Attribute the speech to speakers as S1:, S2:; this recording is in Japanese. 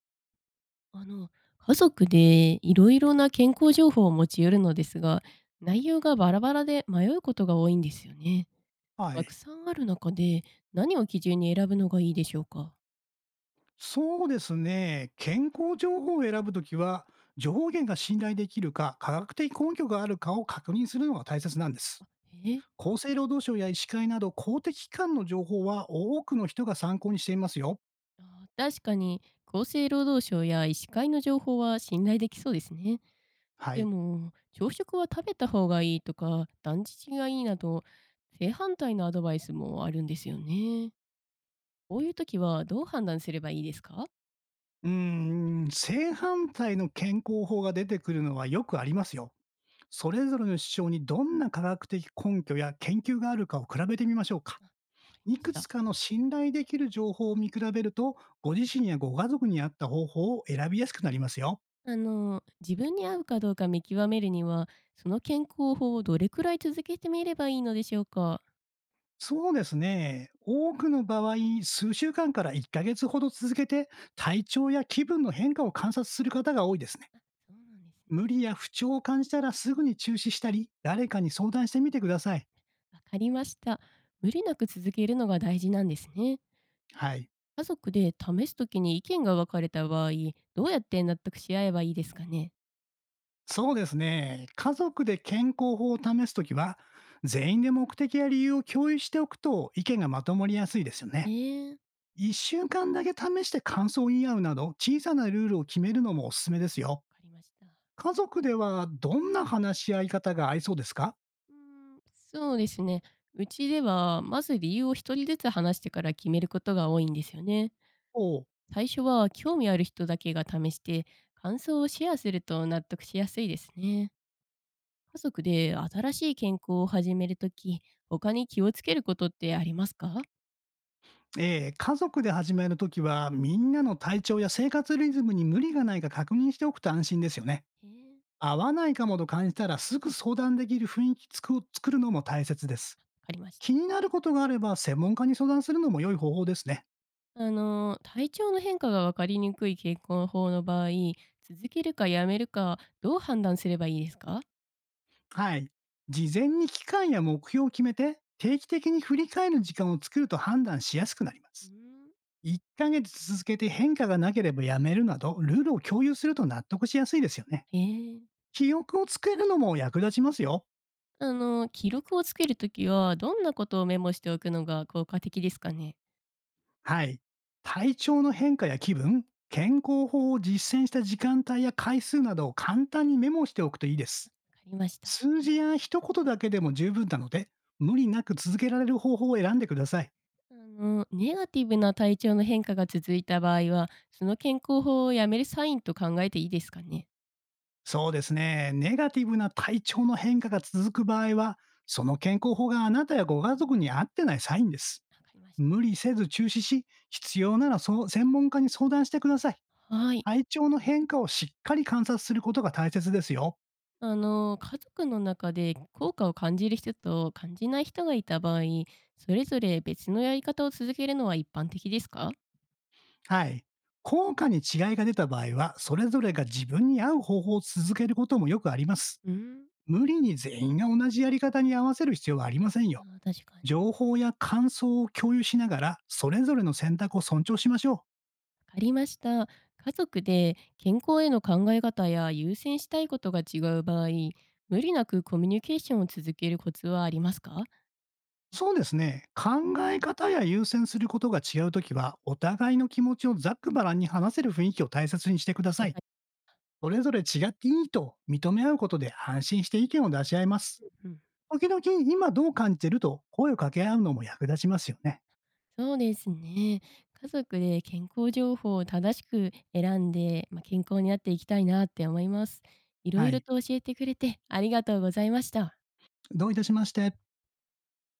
S1: あの、家族でいろいろな健康情報を持ち寄るのですが、内容がバラバラで迷うことが多いんですよね。
S2: は
S1: たく
S2: い。
S1: さんある中で何を基準に選ぶのがいいでしょうか。
S2: そうですね。健康情報を選ぶときは、情報源が信頼できるか、科学的根拠があるかを確認するのが大切なんです。
S1: え。
S2: 厚生労働省や医師会など公的機関の情報は多くの人が参考にしていますよ。
S1: あ、確かに厚生労働省や医師会の情報は信頼できそうですね。
S2: は
S1: で
S2: い。
S1: も、朝食は食べた方がいいとか、断食がいいなど、正反対のアドバイスもあるんですよね。こういう時はどう判断すればいいですか。わ
S2: うーん、正反対の健康法が出てくるのはよくありますよ。それぞれの主張にどんな科学的根拠や研究があるかを比べてみましょうか。
S1: かり
S2: い
S1: まし
S2: くつ
S1: た。
S2: かの信頼できる情報を見比べると、ご自身やご家族に合った方法を選びやすくなりますよ。
S1: あの、自分に合うかどうか見極めるには、その健康法をどれくらい続けてみればいいのでしょうか？
S2: そうですね。多くの場合、数週間から1ヶ月ほど続けて、体調や気分の変化を観察する方が多いですね。
S1: あ、そうなんですね。
S2: 無理や不調を感じたらすぐに中止したり、誰かに相談してみてください。
S1: わかりました。無理なく続けるのが大事なんですね。
S2: はい。
S1: 家族で試すときに意見が分かれた場合、どうやって納得し合えばいいですかね？
S2: そうですね。家族で健康法を試すときは、全員で目的や理由を共有しておくと意見がまとまりやすいですよ
S1: え
S2: ね。
S1: え、わ
S2: 1週間だけ試して感想を言い合うなど、小さなルールを決めるのもおすすめですよ。
S1: かりました。
S2: 家族ではどんな話し合い方が合いそうですか？
S1: うーん、そうですね。うちではまず理由を一人ずつ話してから決めることが多いんですよね。
S2: おう。
S1: 最初は興味ある人だけが試して感想をシェアすると納得しやすいですね。家族で新しい健康を始めるとき、他に気をつけることってありますか。
S2: 家族で始めるときは、みんなの体調や生活リズムに無理がないか確認しておくと安心ですよね。
S1: へえ、わ
S2: 合わないかもと感じたらすぐ相談できる雰囲気を作るのも大切です。
S1: かりまし
S2: 気に
S1: た。
S2: なることがあれば専門家に相談するのも良い方法ですね。
S1: あの、体調の変化がわかりにくい健康法の場合、続けるかやめるか、どう判断すればいいですか。
S2: はい。事前に期間や目標を決めて、定期的に振り返る時間を作ると判断しやすくなりま
S1: う
S2: す。
S1: ん。
S2: 1ヶ月続けて変化がなければやめるなど、ルールを共有すると納得しやすいですよね。
S1: へえ。
S2: 記憶をつけるのも役立ちますよ。
S1: あの、記録をつけるときは、どんなことをメモしておくのが効果的ですかね。
S2: はい。体調の変化や気分、健康法を実践した時間帯や回数などを簡単にメモしておくといいです。
S1: わかりました。
S2: 数字や一言だけでも十分なので、無理なく続けられる方法を選んでください。
S1: あの、ネガティブな体調の変化が続いた場合は、その健康法をやめるサインと考えていいですかね？
S2: そうですね。ネガティブな体調の変化が続く場合は、その健康法があなたやご家族に合ってないサインです。
S1: わかりまし
S2: 無
S1: た。
S2: 理せず中止し、必要ならそう専門家に相談してください。
S1: はい。
S2: 体調の変化をしっかり観察することが大切ですよ。
S1: あの、家族の中で効果を感じる人と感じない人がいた場合、それぞれ別のやり方を続けるのは一般的ですか？
S2: はい。効果に違いが出た場合は、それぞれが自分に合う方法を続けることもよくあります。
S1: うん。
S2: 無理に全員が同じやり方に合わせる必要はありませんよ。
S1: あー確かに。
S2: 情報や感想を共有しながら、それぞれの選択を尊重しましょう。
S1: わかりました。家族で健康への考え方や優先したいことが違う場合、無理なくコミュニケーションを続けるコツはありますか？
S2: そうですね。考え方や優先することが違うときは、お互いの気持ちをざっくばらんに話せる雰囲気を大切にしてくださ
S1: だ
S2: い。
S1: から。
S2: それぞれ違っていいと認め合うことで安心して意見を出し合います。
S1: うん。
S2: 時々、今どう感じてると声を掛け合うのも役立ちますよね。
S1: そうですね。家族で健康情報を正しく選んで、まあ、健康になっていきたいなって思います。いろ
S2: は
S1: いろ
S2: い。
S1: と教えてくれてありがとうございました。
S2: どういたしまして。